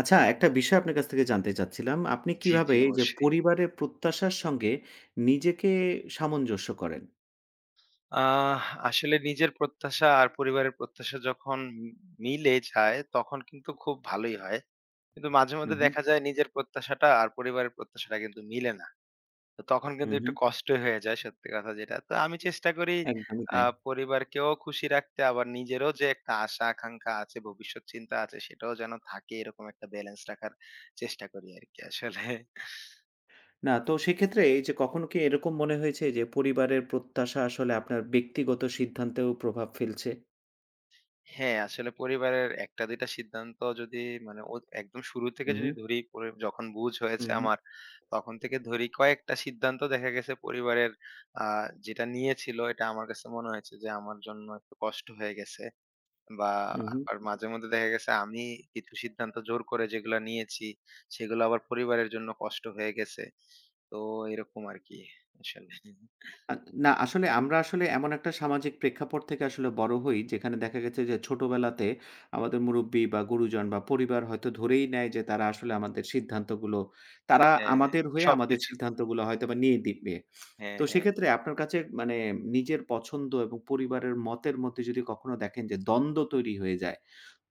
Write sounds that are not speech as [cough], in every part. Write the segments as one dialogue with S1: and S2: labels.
S1: আচ্ছা, একটা বিষয় আপনার কাছ থেকে জানতে চাচ্ছিলাম। আপনি
S2: জি,
S1: কিভাবে
S2: জি,
S1: এই যে
S2: অবশ্যই।
S1: পরিবারের প্রত্যাশার সঙ্গে নিজেকে সামঞ্জস্য করেন?
S2: আহ আসলে নিজের প্রত্যাশা আর পরিবারের প্রত্যাশা যখন মিলে যায় তখন কিন্তু খুব ভালোই হয়। কিন্তু মাঝে
S1: হু,
S2: মধ্যে
S1: হু,
S2: দেখা যায় নিজের প্রত্যাশাটা আর পরিবারের প্রত্যাশাটা কিন্তু মিলে না। তো তখন
S1: হু,
S2: কিন্তু
S1: হু,
S2: একটু কষ্টই হয়ে যায় সত্যি কথা যেটা। তো আমি চেষ্টা করি
S1: একদমই
S2: আ
S1: তাই।
S2: পরিবারকেও খুশি রাখতে আবার নিজেরও যে একটা আশা আকাঙ্খা আছে, ভবিষ্যৎ চিন্তা আছে সেটাও যেন থাকে এরকম একটা ব্যালেন্স রাখার চেষ্টা করি আরকি আসলে।
S1: না তো সেক্ষেত্রে এই যে কখনো কি এরকম মনে হয়েছে যে পরিবারের প্রত্যাশা আসলে আপনার ব্যক্তিগত সিদ্ধান্তেও প্রভাব ফেলছে?
S2: হ্যাঁ, আসলে পরিবারের ১ ২ টা সিদ্ধান্ত যদি মানে ও একদম শুরু থেকে
S1: হু, হু,
S2: যদি ধরি, পরে যখন বুঝ
S1: হু,
S2: হয়েছে
S1: হু,
S2: আমার, তখন থেকে ধরি কয়েকটা সিদ্ধান্ত দেখা গেছে পরিবারের আ যেটা নিয়েছিল এটা আমার কাছে মনে হয়েছে যে আমার জন্য একটু কষ্ট হয়ে গেছে। বা
S1: হু, হু।
S2: আবার মাঝে মধ্যে দেখা গেছে আমি কিছু সিদ্ধান্ত জোর করে যেগুলা নিয়েছি, সেগুলো আবার পরিবারের জন্য কষ্ট হয়ে গেছে। তো এরকম আরকি আসলে।
S1: আ না আসলে আমরা আসলে এমন একটা সামাজিক প্রেক্ষাপট থেকে আসলে বড় হই, যেখানে দেখা গেছে যে ছোটবেলাতে আমাদের মুরুব্বি বা গুরুজন বা পরিবার হয়তো ধরেই নেয় যে তারা আসলে আমাদের সিদ্ধান্তগুলো তারা
S2: হ্যাঁ,
S1: আমাদের হয়ে আমাদের
S2: সবকিছু।
S1: সিদ্ধান্তগুলো হয়তোবা নিয়ে দিবে।
S2: হ্যাঁ,
S1: তো
S2: হ্যাঁ,
S1: সেক্ষেত্রে আপনার কাছে মানে নিজের পছন্দ এবং পরিবারের মতের মধ্যে যদি কখনো দেখেন যে দ্বন্দ্ব তৈরি হয়ে যায়,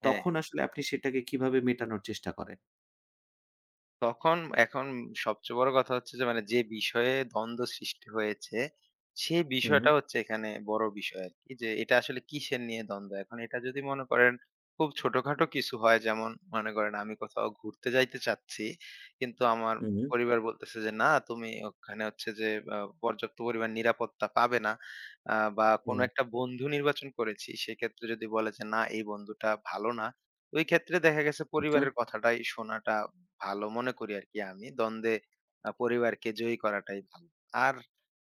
S2: হ্যাঁ।
S1: তখন আসলে আপনি সেটাকে কিভাবে মেটানোর চেষ্টা করেন?
S2: তখন এখন সবচেয়ে বড় কথা হচ্ছে যে মানে যে বিষয়ে দ্বন্দ্ব সৃষ্টি হয়েছে, সে
S1: হুম,
S2: বিষয়টা হচ্ছে এখানে বড় বিষয় আরকি। যে এটা আসলে কিসের নিয়ে দ্বন্দ্ব? এখন এটা যদি মনে করেন খুব ছোটখাটো কিছু হয় যেমন মনে করেন আমি কোথাও ঘুরতে যাইতে চাচ্ছি। কিন্তু আমার
S1: হুম,
S2: পরিবার বলতেছে যে, "না তুমি ওখানে হচ্ছে যে আ পর্যাপ্ত পরিমাণ নিরাপত্তা পাবে না।" বা কোনো
S1: হুম,
S2: একটা বন্ধু নির্বাচন করেছি। সেক্ষেত্রে যদি বলে যে, "না এই বন্ধুটা ভালো না।" ওই ক্ষেত্রে দেখা গেছে
S1: আচ্ছা,
S2: পরিবারের কথাটাই শোনাটা ভালো মনে করি আরকি আমি। দ্বন্দ্বে পরিবারকে জয়ী করাটাই ভালো। আর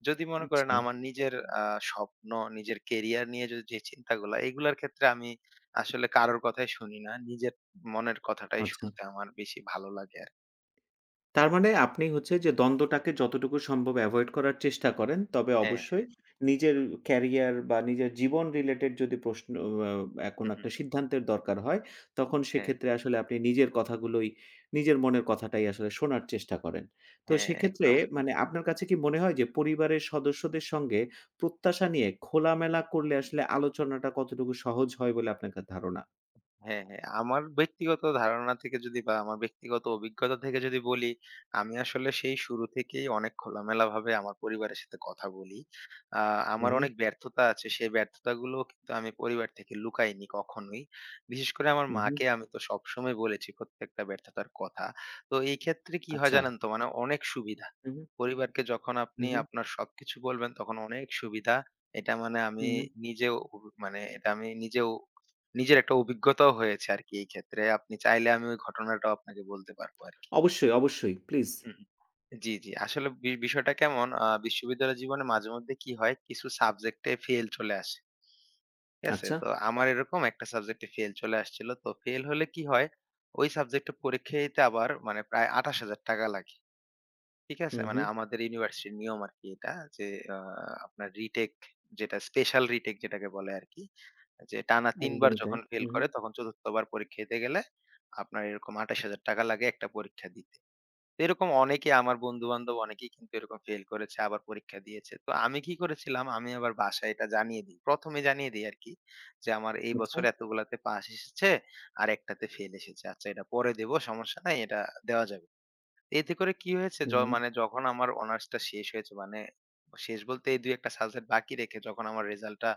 S2: যদি মনে করেন
S1: আচ্ছা,
S2: আমার নিজের আ স্বপ্ন, নিজের কেরিয়ার নিয়ে যদি যে চিন্তাগুলা, এগুলার ক্ষেত্রে আমি আসলে কারোর কথাই শুনি না। নিজের মনের কথাটাই
S1: আচ্ছা।
S2: শুনতে আমার বেশি ভালো লাগে আরকি।
S1: তার মানে আপনি হচ্ছে যে দ্বন্দ্বটাকে যতটুকু সম্ভব এভয়েড করার চেষ্টা করেন। তবে
S2: হ্যাঁ, হ্যাঁ।
S1: অবশ্যই নিজের ক্যারিয়ার বা নিজের জীবন রিলেটেড যদি প্রশ্ন
S2: হু,
S1: কোন
S2: হু।
S1: একটা সিদ্ধান্তের দরকার হয়, তখন
S2: হ্যাঁ,
S1: সেক্ষেত্রে আসলে আপনি নিজের কথাগুলোই নিজের মনের কথাটাই আসলে শোনার চেষ্টা করেন। তো
S2: হ্যাঁ,
S1: সেক্ষেত্রে
S2: একদম।
S1: মানে আপনার কাছে কি মনে হয় যে পরিবারের সদস্যদের সঙ্গে প্রত্যাশা নিয়ে খোলামেলা করলে আসলে আলোচনাটা কতটুকু সহজ হয় বলে আপনার ধারণা?
S2: হ্যাঁ, হ্যাঁ। আমার ব্যক্তিগত ধারণা থেকে যদি বা আমার ব্যক্তিগত অভিজ্ঞতা থেকে যদি বলি, আমি আসলে সেই শুরু থেকেই অনেক খোলামেলাভাবে আমার পরিবারের সাথে কথা বলি। আ
S1: হু,
S2: আমার
S1: হু,
S2: অনেক ব্যর্থতা আছে। সেই ব্যর্থতাগুলো কিন্তু আমি পরিবার থেকে লুকাইনি কখনোই। বিশেষ করে আমার
S1: হু, হু।
S2: মাকে আমি তো সবসময় বলেছি প্রত্যেকটা ব্যর্থতার কথা। তো এই ক্ষেত্রে কি হয়
S1: আচ্ছা।
S2: জানেন তো? মানে অনেক সুবিধা।
S1: হু, হু,
S2: পরিবারকে যখন
S1: হু,
S2: আপনি
S1: হু,
S2: আপনার সবকিছু বলবেন তখন অনেক সুবিধা। এটা মানে
S1: হু,
S2: আমি
S1: হু।
S2: নিজেও এটা আমি নিজেও নিজের একটা অভিজ্ঞতাও হয়েছে আরকি এই ক্ষেত্রে। আপনি চাইলে আমি ওই ঘটনাটাও আপনাকে বলতে পারবো আরকি।
S1: অবশ্যই, অবশ্যই। প্লিজ।
S2: হুম, হুম। জি, জি। আসলে বিষয়টা কেমন বিশ্ববিদ্যালয় জীবনে মাঝেমধ্যে কি হয় কিছু সাবজেক্টে ফেল চলে আসে। ঠিক আছে?
S1: আচ্ছা।
S2: তো আমার এরকম একটা সাবজেক্টে ফেল চলে আসছিল। তো ফেল হলে কি হয় ওই সাবজেক্টে পরীক্ষা দিতে আবার মানে প্রায় ৳২৮,০০০ টাকা লাগে। ঠিক
S1: হু,
S2: আছে? মানে
S1: হু।
S2: আমাদের ইউনিভার্সিটির নিয়ম আরকি এটা যে আ আপনার রিটেক যেটা স্পেশাল রিটেক যেটাকে বলে আরকি। যে টানা ৩ বার
S1: একদমই তাই।
S2: যখন ফেল
S1: হু, হু।
S2: করে তখন ৪র্থ বার পরীক্ষা দিতে গেলে আপনার এরকম ৳২৮,০০০ টাকা লাগে একটা পরীক্ষা দিতে। তো এরকম অনেকেই আমার বন্ধু-বান্ধব অনেকেই কিন্তু এরকম ফেল করেছে আবার পরীক্ষা দিয়েছে। তো আমি কি করেছিলাম আমি আবার বাসায় এটা জানিয়ে দিই। ১ম এ জানিয়ে দেই আরকি যে আমার এই
S1: আচ্ছা।
S2: বছর এতগুলাতে পাস এসেছে আর একটাতে ফেল এসেছে। আচ্ছা এটা পরে দেব সমস্যা নাই এটা দেওয়া যাবে। এতে করে কি হয়েছে?
S1: হু, হু।
S2: মানে যখন আমার অনার্সটা শেষ হয়েছে মানে শেষ বলতে এই ২-১ টা সাবজেক্ট বাকি রেখে যখন আমার রেজাল্টটা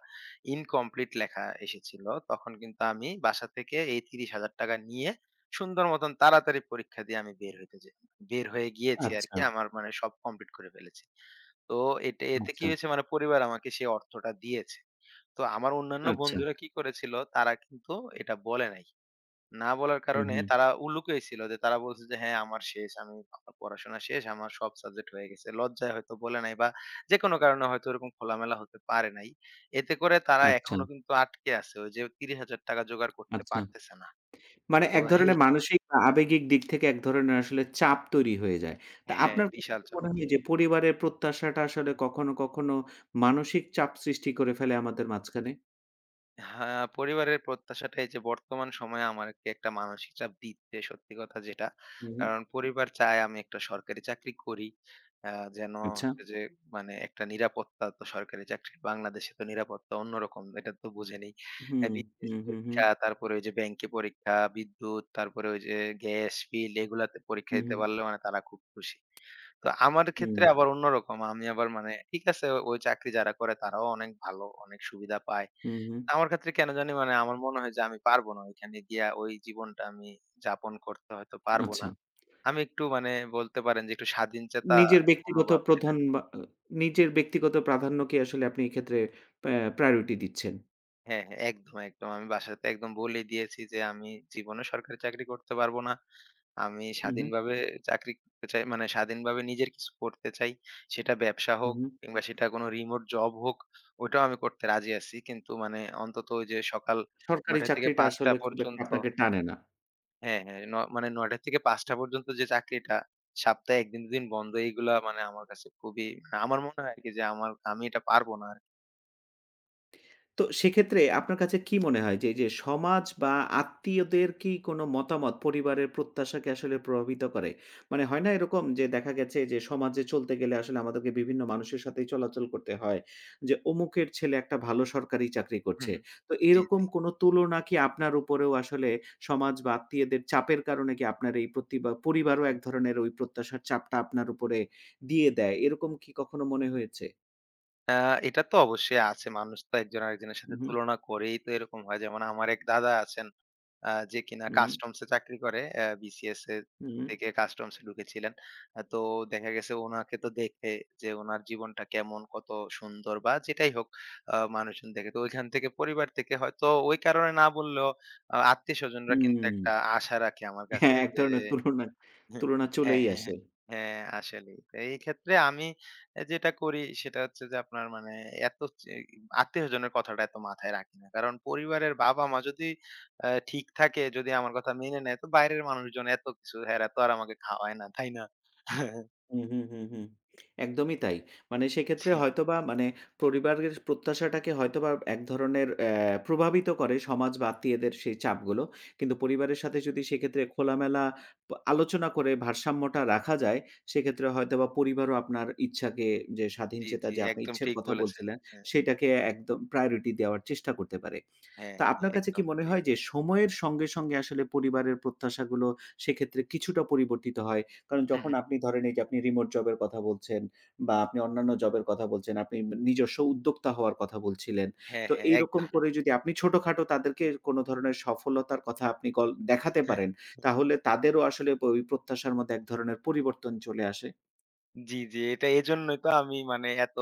S2: ইনকমপ্লিট লেখা এসেছিল, তখন কিন্তু আমি বাসা থেকে এই ৳৩০,০০০ টাকা নিয়ে সুন্দর মতন তাড়াতাড়ি পরীক্ষা দিয়ে আমি বের হইতে যে বের হয়ে গিয়েছি আরকি।
S1: আচ্ছা,
S2: আমার মানে সব কমপ্লিট করে ফেলেছি। তো এটা এতে কি
S1: আচ্ছা,
S2: হয়েছে মানে পরিবার আমাকে সেই অর্থটা দিয়েছে। তো আমার অন্যান্য
S1: আচ্ছা।
S2: বন্ধুরা কি করেছিল তারা কিন্তু এটা বলে নাই। না বলার
S1: হু,
S2: কারণে
S1: হু।
S2: তারা উলুকেই ছিল যে তারা বলছে যে, "হ্যাঁ, আমার শেষ। আমি আমার পড়াশোনা শেষ। আমার সব সাবজেক্ট হয়ে গেছে।" লজ্জায় হয়তো বলে নাই বা যেকোনো কারণে হয়তো ওরকম খোলামেলা হতে পারে নাই। এতে করে তারা
S1: আচ্ছা,
S2: এখনো কিন্তু আটকে আছে। ওই যে ৳৩০,০০০ জোগাড় করতে
S1: আচ্ছা।
S2: পারতেছে না।
S1: মানে
S2: তো
S1: এক
S2: এই
S1: ধরনের মানসিক বা আবেগিক দিক থেকে এক ধরনের আসলে চাপ তৈরি হয়ে যায়। তা
S2: হ্যাঁ,
S1: আপনার কাছে
S2: বিশাল
S1: কি
S2: চ
S1: মনে হয় যে পরিবারের প্রত্যাশাটা আসলে কখনো, কখনো মানসিক চাপ সৃষ্টি করে ফেলে আমাদের মাঝখানে?
S2: হ্যাঁ, পরিবারের প্রত্যাশাটা এই যে বর্তমান সময়ে আমাকে একটা মানসিক চাপ দিচ্ছে সত্যি কথা যেটা।
S1: হু, হু।
S2: কারণ পরিবার চায় আমি একটা সরকারি চাকরি করি। আ যেন
S1: আচ্ছা।
S2: হচ্ছে যে মানে একটা নিরাপত্তা তো সরকারি চাকরির বাংলাদেশে তো নিরাপত্তা অন্যরকম এটা তো বুঝেনই।
S1: হু, হু,
S2: BTS
S1: হু, হু।
S2: পরীক্ষা তারপরে ওই যে ব্যাংকে পরীক্ষা, বিদ্যুৎ তারপরে ওই যে গ্যাস বিল এগুলাতে পরীক্ষা
S1: হু, হু।
S2: দিতে পারলে মানে তারা খুব খুশি। তো আমার ক্ষেত্রে
S1: হু,
S2: আবার অন্যরকম। আমি আবার মানে ঠিক আছে ওই চাকরি যারা করে তারাও অনেক ভালো, অনেক সুবিধা পায়।
S1: হু, হু।
S2: আমার ক্ষেত্রে কেন জানি মানে আমার মনে হয় যে আমি পারবো না ওইখানে গিয়া ওই জীবনটা আমি যাপন করতে হয়তো পারবো না।
S1: আচ্ছা।
S2: আমি একটু মানে বলতে পারেন যে একটু স্বাধীনচেতা
S1: নিজের ব্যক্তিগত
S2: মনোভাব।
S1: প্রধান বা নিজের ব্যক্তিগত প্রাধান্যকে আসলে আপনি এক্ষেত্রে প্যা প্রায়োরিটি দিচ্ছেন।
S2: হ্যাঁ, হ্যাঁ, একদম। আমি বাসাতে একদম বলেই দিয়েছি যে আমি জীবনে সরকারি চাকরি করতে পারবো না। আমি
S1: হু, হু,
S2: স্বাধীনভাবে চাকরি করতে চাই মানে স্বাধীনভাবে নিজের কিছু করতে চাই। সেটা ব্যবসা
S1: হু,
S2: হোক
S1: হু।
S2: কিংবা সেটা কোনো রিমোট জব হোক ওটাও আমি করতে রাজি আছি। কিন্তু মানে অন্তত ওই যে সকাল
S1: সরকারি
S2: ৯ঃ০০ থেকে
S1: চাকরিটা আসলে খুব
S2: ৫ঃ০০
S1: একটা
S2: পর্যন্ত
S1: আপনাকে টানে না।
S2: হ্যাঁ, হ্যাঁ। মানে ৯টা থেকে ৫টা পর্যন্ত যে চাকরিটা, সপ্তাহে ১ দিন ২ দিন বন্ধ এইগুলা মানে আমার কাছে খুবই মানে আমার মনে হয় আরকি যে আমি এটা পারব না আরকি।
S1: তো সেক্ষেত্রে আপনার কাছে কি মনে হয় যে, এই যে সমাজ বা আত্মীয়দের কি কোনো মতামত পরিবারের প্রত্যাশাকে আসলে প্রভাবিত করে? মানে হয় না এরকম যে দেখা গেছে যে সমাজে চলতে গেলে আসলে আমাদেরকে বিভিন্ন মানুষের সাথেই চলাচল করতে হয়। যে অমুকের ছেলে একটা ভালো সরকারি চাকরি
S2: হুম,
S1: করছে।
S2: হুম।
S1: তো
S2: জি,
S1: এরকম
S2: জি।
S1: কোনো তুলনা কি আপনার উপরেও আসলে সমাজ বা আত্মীয়দের চাপের কারণে কি আপনার এই প্রতি বা পরিবারও এক ধরনের ওই প্রত্যাশার চাপটা আপনার উপরে দিয়ে দেয়? এরকম কি কখনো মনে হয়েছে?
S2: আ এটা তো অবশ্যই আছে। মানুষ তো একজন আরেকজনের সাথে
S1: উহু,
S2: তুলনা করেই তো এরকম হয়। যেমন আমার এক দাদা আছেন যে কিনা
S1: হু,
S2: কাস্টমস এ চাকরি করে। বিসিএস এ
S1: হু,
S2: থেকে কাস্টমস এ ঢুকেছিলেন। তো দেখা গেছে উনাকে তো দেখে যে উনার জীবনটা কেমন, কত সুন্দর বা যেটাই হোক মানুষজন দেখে। তো ওইখান থেকে পরিবার থেকে হয়তো ওই কারণে না বললেও আত্মীয়স্বজনরা কিন্তু
S1: হুম।
S2: একটা আশা রাখে আমার কাছে
S1: হ্যাঁ, এক
S2: যে
S1: ধরনের তুলনা
S2: হ্যাঁ,
S1: তুলনা
S2: হ্যাঁ,
S1: চলেই
S2: হ্যাঁ,
S1: আসে।
S2: হ্যাঁ, আসলেই। তো এই ক্ষেত্রে আমি যেটা করি সেটা হচ্ছে যে আপনার মানে এত চে আত্মীয়স্বজনের কথাটা এত মাথায় রাখি না। কারণ পরিবারের বাবা-মা যদি ঠিক থাকে, যদি আমার কথা মেনে নেয়, তো বাইরের মানুষজন এত কিছু হেরা তো আর আমাকে খাওয়ায় না, তাই না? [laughs]
S1: হুম, হুম, হুম, হুম। একদমই তাই। মানে সেক্ষেত্রে হয়তোবা মানে পরিবারের প্রত্যাশাটাকে হয়তোবা এক ধরনের প্রভাবিত করে সমাজ বা আত্মীয়দের সেই চাপগুলো। কিন্তু পরিবারের সাথে যদি সেক্ষেত্রে খোলামেলা আলোচনা করে ভারসাম্যটা রাখা যায়, সেক্ষেত্রে হয়তোবা পরিবারও আপনার ইচ্ছাকে যে
S2: জি,
S1: স্বাধীনচেতা
S2: জি,
S1: যে আপনি
S2: একদম
S1: ইচ্ছের
S2: ঠিক
S1: কথা
S2: বলেছেন।
S1: বলছিলেন,
S2: হ্যাঁ,
S1: সেটাকে একদম প্রায়োরিটি দেওয়ার চেষ্টা করতে পারে।
S2: হ্যাঁ,
S1: তো
S2: হ্যাঁ,
S1: আপনার কাছে কি
S2: একদম
S1: মনে
S2: ঠিক।
S1: হয় যে সময়ের সঙ্গে, সঙ্গে আসলে পরিবারের প্রত্যাশাগুলো সেক্ষেত্রে কিছুটা পরিবর্তিত হয়? কারণ যখন আপনি
S2: [laughs]
S1: ধরেন এই যে আপনি রিমোট জবের কথা বলছেন বা আপনি অন্যান্য জবের কথা বলছেন, আপনি নিজস্ব উদ্যোক্তা হওয়ার কথা বলছিলেন।
S2: হ্যাঁ,
S1: তো
S2: হ্যাঁ,
S1: এইরকম
S2: একদম।
S1: করে যদি আপনি ছোটখাটো তাদেরকে কোনো ধরনের সফলতার কথা আপনি দেখাতে পারেন,
S2: [laughs]
S1: তাহলে তাদেরও আসলে ওই প্রত্যাশার মধ্যে এক ধরনের পরিবর্তন চলে আসে।
S2: জি, জি, এটা এজন্যই তো আমি মানে এত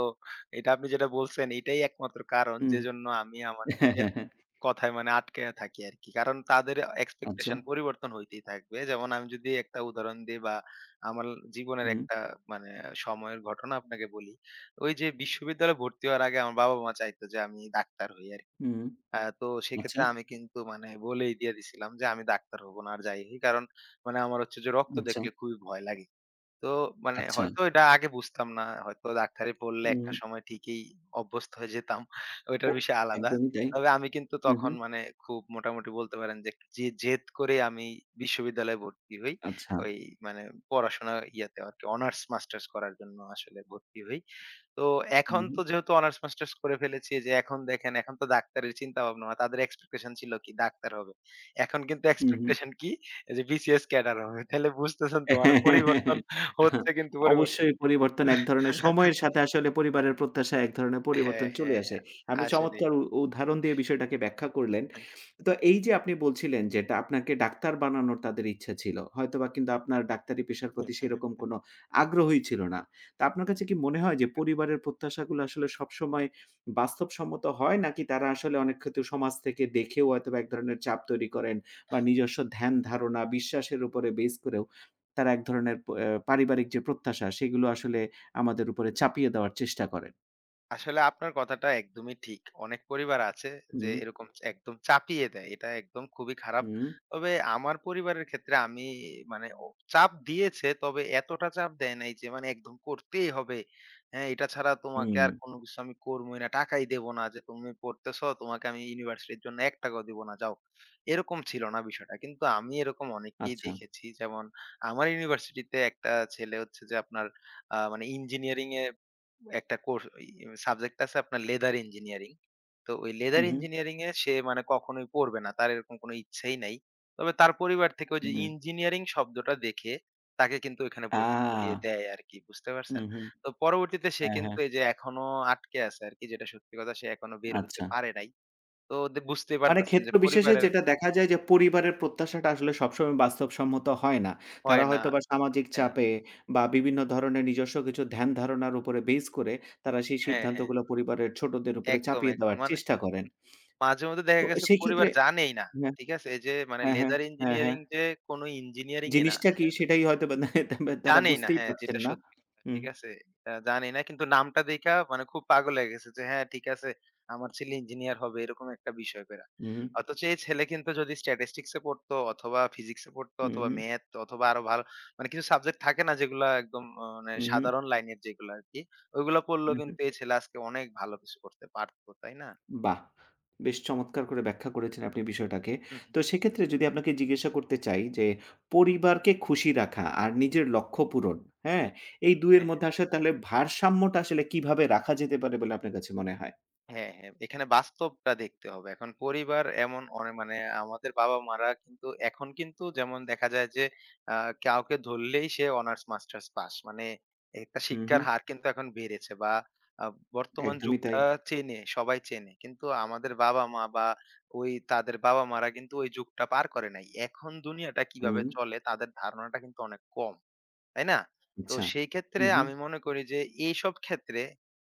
S2: এটা আপনি যেটা বলছেন এটাই একমাত্র কারণ
S1: হুম।
S2: যেজন্য আমি আমার
S1: [laughs] হ্যাঁ,
S2: নিজের
S1: হ্যাঁ, হ্যাঁ।
S2: কথায় মানে আটকে থাকি আরকি। কারণ তাদের
S1: আচ্ছা।
S2: এক্সপেকটেশন পরিবর্তন হইতেই থাকবে। যেমন আমি যদি একটা উদাহরণ দেই বা আমার জীবনের
S1: হুম,
S2: একটা মানে সময়ের ঘটনা আপনাকে বলি। ওই যে বিশ্ববিদ্যালয়ে ভর্তি হওয়ার আগে আমার বাবা-মা চাইতো যে আমি ডাক্তার হই আরকি।
S1: হুম।
S2: তো সেক্ষেত্রে
S1: আচ্ছা,
S2: আমি কিন্তু মানে বলেই দিয়ে দিছিলাম যে আমি ডাক্তার হব না আর যাই হই। কারণ মানে আমার হচ্ছে যে রক্ত
S1: আচ্ছা,
S2: দেখলে খুবই ভয় লাগে। তো মানে
S1: আচ্ছা।
S2: হয়তো এটা আগে বুঝতাম না। হয়তো ডাক্তারি পড়লে
S1: হুম।
S2: একটা সময় ঠিকই অভ্যস্ত হয়ে যেতাম। ওইটার
S1: ও
S2: বিষয় আলাদা।
S1: একদমই তাই।
S2: তবে আমি কিন্তু
S1: হুম,
S2: তখন
S1: হুম।
S2: মানে খুব মোটামুটি বলতে পারেন যে একটু জেদ করে আমি বিশ্ববিদ্যালয়ে ভর্তি হই।
S1: আচ্ছা।
S2: ওই মানে পড়াশোনা ইয়াতে আরকি অনার্স মাস্টার্স করার জন্য আসলে ভর্তি হই। তো
S1: হুম,
S2: এখন
S1: হুম,
S2: তো যেহেতু অনার্স মাস্টার্স করে ফেলেছি যে এখন দেখেন এখন তো ডাক্তারের চিন্তা ভাবনা না। তাদের এক্সপেকটেশন ছিল কি ডাক্তার হবে। এখন কিন্তু
S1: হুম, হুম।
S2: এক্সপেকটেশন কি? এই যে বিসিএস ক্যাডার হবে। তাহলে বুঝতেছেন তো মানে পরিবর্তন হচ্ছে কিন্তু পরিবর্তন।
S1: অবশ্যই পরিবর্তন এক ধরনের সময়ের সাথে আসলে পরিবারের প্রত্যাশায় এক ধরনের
S2: হ্যাঁ,
S1: পরিবর্তন চলে
S2: হ্যাঁ
S1: আসে। আপনি
S2: আসলেই।
S1: চমৎকার উদাহরণ দিয়ে বিষয়টাকে ব্যাখ্যা করলেন। তো এই যে আপনি বলছিলেন যেটা আপনাকে ডাক্তার বানানোর তাদের ইচ্ছা ছিল। হয়তোবা কিন্তু আপনার ডাক্তারি পেশার প্রতি সেরকম কোনো আগ্রহই ছিল না। তা আপনার কাছে কি মনে হয় যে পরিবারের প্রত্যাশাগুলো আসলে সবসময় বাস্তবসম্মত হয় নাকি তারা আসলে অনেক ক্ষেত্রে সমাজ থেকে দেখেও হয়তোবা এক ধরনের চাপ তৈরি করেন বা নিজস্ব ধ্যান ধারণা, বিশ্বাসের উপরে বেস করেও তারা এক ধরনের প অ্যা পারিবারিক যে প্রত্যাশা সেগুলো আসলে আমাদের উপরে চাপিয়ে দেওয়ার চেষ্টা করেন?
S2: আসলে আপনার কথাটা একদমই ঠিক। অনেক পরিবার আছে যে
S1: হুম,
S2: এরকম একদম চাপিয়ে দেয়। এটা একদম খুবই খারাপ।
S1: হুম,
S2: তবে আমার পরিবারের ক্ষেত্রে আমি মানে ও চাপ দিয়েছে তবে এতটা চাপ দেয় নাই যে মানে একদম করতেই হবে। হ্যাঁ, এটা ছাড়া তোমাকে
S1: হুম।
S2: আর কোনো কিছু আমি করবোই না। টাকাই দেব না যে তুমি পড়তেছো তোমাকে আমি ইউনিভার্সিটির জন্য ৳১ টাকা ও দিব না যাও। এরকম ছিল না বিষয়টা। কিন্তু আমি এরকম অনেককেই
S1: আচ্ছা।
S2: দেখেছি। যেমন আমার ইউনিভার্সিটিতে একটা ছেলে হচ্ছে যে আপনার মানে ইঞ্জিনিয়ারিং এ একটা কোর্স ওই সাবজেক্ট আছে আপনার লেদার ইঞ্জিনিয়ারিং। তো ওই
S1: হু,
S2: লেদার
S1: হু,
S2: ইঞ্জিনিয়ারিং এ সে মানে কখনোই পড়বে না। তার এরকম কোনো ইচ্ছেই নাই। তবে তার পরিবার থেকে ওই যে
S1: হু।
S2: ইঞ্জিনিয়ারিং শব্দটা দেখে তাকে কিন্তু ওইখানে
S1: আ
S2: ভর্তি করিয়ে দেয় আরকি। বুঝতে পারছেন?
S1: হুম, হুম।
S2: তো পরবর্তীতে সে
S1: হ্যাঁ,
S2: কিন্তু
S1: হ্যাঁ।
S2: এই যে এখনো আটকে আছে আরকি যেটা সত্যি কথা সে এখনো বের হইতে
S1: আচ্ছা।
S2: পারে নাই। তো বুঝতেই
S1: মানে
S2: পারতেছেন যে
S1: ক্ষেত্র বিশেষে
S2: পরিবারের
S1: যেটা দেখা যায় যে পরিবারের প্রত্যাশাটা আসলে সবসময় বাস্তবসম্মত হয় না।
S2: হয়
S1: তারা
S2: না
S1: হয়তোবা সামাজিক
S2: হ্যাঁ,
S1: চাপে বা বিভিন্ন ধরনের নিজস্ব কিছু ধ্যান ধারণার উপরে বেস করে তারা সেই
S2: হ্যাঁ।
S1: সিদ্ধান্তগুলো পরিবারের ছোটদের উপরে
S2: একদম,
S1: চাপিয়ে
S2: একদম।
S1: দেওয়ার
S2: মানে
S1: চেষ্টা করেন।
S2: মাঝে মধ্যে দেখা
S1: তো
S2: গেছে পরিবার
S1: সেক্ষেত্রে
S2: জানেই না।
S1: হ্যাঁ,
S2: ঠিক আছে? এই যে মানে
S1: হ্যাঁ, হ্যাঁ,
S2: লেদার
S1: হ্যাঁ,
S2: ইঞ্জিনিয়ারিং
S1: হ্যাঁ।
S2: যে কোন ইঞ্জিনিয়ারিং ই না।
S1: জিনিসটা
S2: ঠিক
S1: কি
S2: আছে?
S1: সেটাই হয়তোবা [laughs] তারা
S2: জানেই না
S1: বুঝতেই
S2: হ্যাঁ,
S1: পারছেন
S2: যেটা
S1: না।
S2: সত্যি কথা।
S1: হুম,
S2: ঠিক আছে? জানেই না কিন্তু নামটা দেইখা মানে খুব পাগল হয়ে গেছে যে হ্যাঁ, ঠিক আছে আমার ছেলে ইঞ্জিনিয়ার হবে এরকম একটা বিষয় কইরা।
S1: হুম,
S2: অথচ এই ছেলে কিন্তু যদি স্ট্যাটিস্টিকস এ পড়তো অথবা ফিজিক্স এ পড়তো
S1: হুম,
S2: অথবা
S1: হুম,
S2: ম্যাথ অথবা আরো ভালো মানে কিছু সাবজেক্ট থাকে না যেগুলা একদম মানে সাধারণ লাইনের যেগুলা আরকি। ওইগুলা পড়লেও
S1: হুম, হুম।
S2: কিন্তু এই ছেলে আজকে অনেক ভালো কিছু করতে পারত। তাই না?
S1: বাহ! বেশ চমৎকার করে ব্যাখ্যা করেছেন আপনি বিষয়টাকে।
S2: হু, হু।
S1: তো সেক্ষেত্রে যদি আপনাকে জিজ্ঞাসা করতে চাই যে, পরিবারকে খুশি রাখা আর নিজের লক্ষ্য পূরণ, হ্যাঁ? এই ২ এর
S2: হ্যাঁ।
S1: মধ্যে আসলে তাহলে ভারসাম্যটা আসলে কিভাবে রাখা যেতে পারে বলে আপনার কাছে মনে হয়?
S2: হ্যাঁ, হ্যাঁ। এখানে বাস্তবটা দেখতে হবে। এখন পরিবার এমন অনে মানে আমাদের বাবা-মারা কিন্তু এখন কিন্তু যেমন দেখা যায় যে আ কাউকে ধরলেই সে অনার্স মাস্টার্স পাস। মানে একটা
S1: হুম,
S2: শিক্ষার
S1: হুম।
S2: হার কিন্তু এখন বেড়েছে বা আ বর্তমান
S1: একদমই তাই।
S2: যুগটা চেনে, সবাই চেনে। কিন্তু আমাদের বাবা-মা বা ওই তাদের বাবা-মারা কিন্তু ওই যুগটা পার করে নাই। এখন দুনিয়াটা কিভাবে
S1: হুম,
S2: চলে তাদের ধারণাটা কিন্তু অনেক কম। তাই না? তো
S1: আচ্ছা।
S2: সেই ক্ষেত্রে
S1: হুম, হুম।
S2: আমি মনে করি যে এইসব ক্ষেত্রে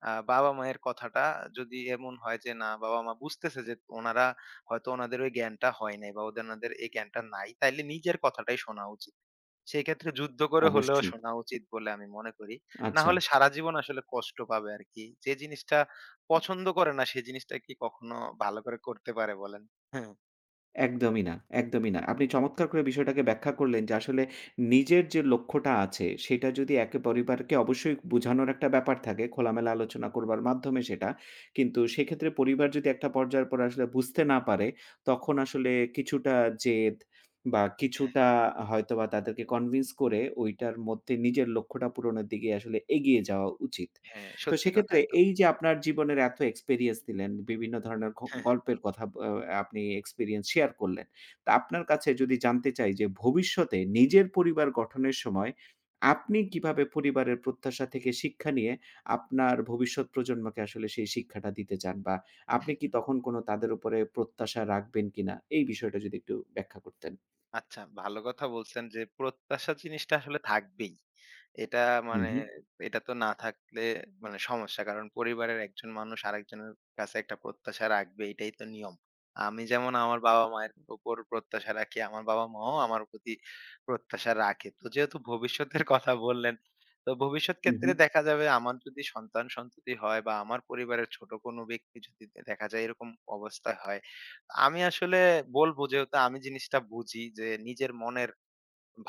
S2: বাবা-মায়ের কথাটা যদি এমন হয় যে না বাবা-মা বুঝতেছে যে ওনারা হয়তো ওনাদের ওই জ্ঞানটা হয় নাই বা ওদের ওনাদের এই জ্ঞানটা নাই, তাইলে নিজের কথাটাই শোনা উচিত। সেই ক্ষেত্রে যুদ্ধ করে হলেও
S1: অবশ্যই।
S2: শোনা উচিত বলে আমি মনে করি। না
S1: আচ্ছা।
S2: হলে সারা জীবন আসলে কষ্ট পাবে আরকি। যে জিনিসটা পছন্দ করে না সেই জিনিসটা কি কখনো ভালো করে করতে পারে বলেন? হ্যাঁ,
S1: একদমই না, একদমই না। আপনি চমৎকার করে বিষয়টাকে ব্যাখ্যা করলেন যে আসলে নিজের যে লক্ষ্যটা আছে সেটা যদি একে পরিবারকে অবশ্যই বোঝানোর একটা ব্যাপার থাকে, খোলামেলা আলোচনা করবার মাধ্যমে সেটা। কিন্তু সেক্ষেত্রে পরিবার যদি একটা পর্যায়ের পর আসলে বুঝতে না পারে, তখন আসলে কিছুটা জেদ বা
S2: হ্যাঁ,
S1: কিছুটা হয়তোবা তাদেরকে কনভিন্স করে ওইটার মধ্যে নিজের লক্ষ্যটা পূরণের দিকে আসলে এগিয়ে যাওয়া উচিত।
S2: হ্যাঁ।
S1: তো
S2: সত্যি কথা
S1: সেক্ষেত্রে
S2: একদম।
S1: এই যে আপনার জীবনের এত এক্সপেরিয়েন্স দিলেন, বিভিন্ন ধরনের
S2: হ্যাঁ হ্যাঁ।
S1: গল্পের কথা আপনি এক্সপেরিয়েন্স শেয়ার করলেন। তো আপনার কাছে যদি জানতে চাই যে ভবিষ্যতে নিজের পরিবার গঠনের সময় আপনি কিভাবে পরিবারের প্রত্যাশা থেকে শিক্ষা নিয়ে আপনার ভবিষ্যৎ প্রজন্মকে আসলে সেই শিক্ষাটা দিতে চান? বা আপনি কি তখন কোনো তাদের উপরে প্রত্যাশা রাখবেন কিনা? এই বিষয়টা যদি একটু ব্যাখ্যা করতেন।
S2: আচ্ছা, ভালো কথা বলছেন যে প্রত্যাশা জিনিসটা আসলে থাকবেই। এটা
S1: হু,
S2: মানে
S1: হু,
S2: এটা তো না থাকলে মানে সমস্যা। কারণ পরিবারের একজন মানুষ আরেকজনের কাছে একটা প্রত্যাশা রাখবে এটাই তো নিয়ম। আমি যেমন আমার বাবা-মায়ের উপর প্রত্যাশা রাখি, আমার বাবা-মাও আমার প্রতি প্রত্যাশা রাখে। তো যেহেতু ভবিষ্যতের কথা বললেন, তো ভবিষ্যৎ
S1: হু, হু,
S2: ক্ষেত্রে দেখা যাবে আমার যদি সন্তান-সন্ততি হয় বা আমার পরিবারের ছোট কোনো ব্যক্তি যদি দেখা যায় এরকম অবস্থা হয় আমি আসলে বলব যেহেতু আমি জিনিসটা বুঝি যে নিজের মনের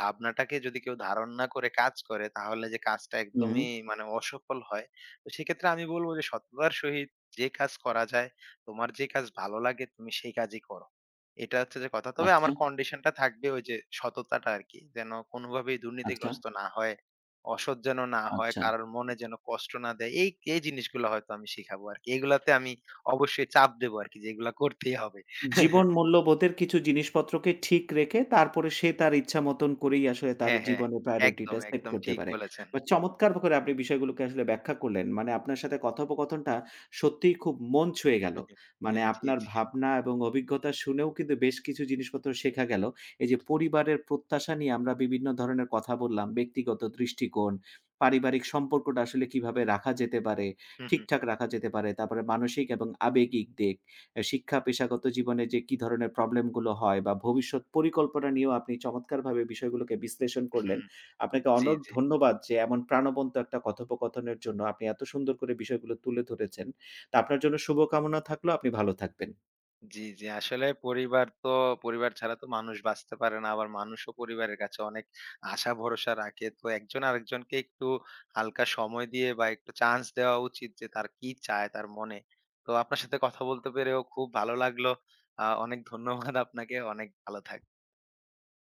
S2: ভাবনাটাকে যদি কেউ ধারণ না করে কাজ করে তাহলে যে কাজটা
S1: হু,
S2: একদমই মানে অসফল হয়। তো সেক্ষেত্রে আমি বলব যে সততার সহিত যে কাজ করা যায়, তোমার যে কাজ ভালো লাগে তুমি সেই কাজই করো। এটা হচ্ছে যে কথা। তবে
S1: আচ্ছা,
S2: আমার কন্ডিশনটা থাকবে ওই যে সততাটা আরকি। যেন কোনোভাবেই
S1: আচ্ছা,
S2: দুর্নীতিগ্রস্ত না হয়, অসৎ যেন না হয়,
S1: আচ্ছা।
S2: কারোর মনে যেন কষ্ট না দেয়। এই জিনিসগুলো হয়তো আমি শিখাবো আরকি। এগুলাতে আমি অবশ্যই চাপ দেবো আরকি যে এগুলা করতেই হবে।
S1: জীবন
S2: [laughs]
S1: মূল্যবোধের কিছু জিনিসপত্রকে ঠিক রেখে তারপরে সে তার ইচ্ছা মতন করেই আসলে তার
S2: হ্যাঁ, হ্যাঁ।
S1: জীবনে
S2: একদম,
S1: প্রায়োরিটিটা সেট
S2: একদম
S1: করতে
S2: ঠিক
S1: পারে।
S2: বলেছেন।
S1: বা চমৎকার করে আপনি বিষয়গুলোকে আসলে ব্যাখ্যা করলেন। মানে আপনার সাথে কথোপকথনটা সত্যিই খুব মন ছুঁয়ে গেল।
S2: হ্যাঁ,
S1: মানে
S2: হ্যাঁ, জি,
S1: আপনার
S2: জি।
S1: ভাবনা এবং অভিজ্ঞতা শুনেও কিন্তু বেশ কিছু জিনিসপত্র শেখা গেল। এই যে পরিবারের প্রত্যাশা নিয়ে আমরা বিভিন্ন ধরনের কথা বললাম, ব্যক্তিগত দৃষ্টিকোণ, পারিবারিক সম্পর্কটা আসলে কিভাবে রাখা যেতে পারে,
S2: হুম, হুম,
S1: ঠিকঠাক রাখা যেতে পারে। তারপরে মানসিক এবং আবেগিক দিক। শিক্ষা, পেশাগত জীবনে যে কি ধরনের প্রবলেম গুলো হয় বা ভবিষ্যৎ পরিকল্পনা নিয়েও আপনি চমৎকারভাবে বিষয়গুলোকে বিশ্লেষণ করলেন।
S2: হুম।
S1: আপনাকে
S2: জি,
S1: অনেক
S2: জি।
S1: ধন্যবাদ যে এমন প্রাণবন্ত একটা কথোপকথনের জন্য আপনি এত সুন্দর করে বিষয়গুলো তুলে ধরেছেন। তা আপনার জন্য শুভকামনা থাকলো। আপনি ভালো থাকবেন।
S2: জি, জি। আসলে পরিবার তো পরিবার ছাড়া তো মানুষ বাঁচতে পারে না। আবার মানুষও পরিবারের কাছে অনেক আশা ভরসা রাখে। তো একজন আরেকজনকে একটু হালকা সময় দিয়ে বা একটু চান্স দেওয়া উচিত যে তার কি চায় তার মনে। তো আপনার সাথে কথা বলতে পেরেও খুব ভালো লাগলো। অনেক ধন্যবাদ আপনাকে। অনেক ভালো থাকবেন।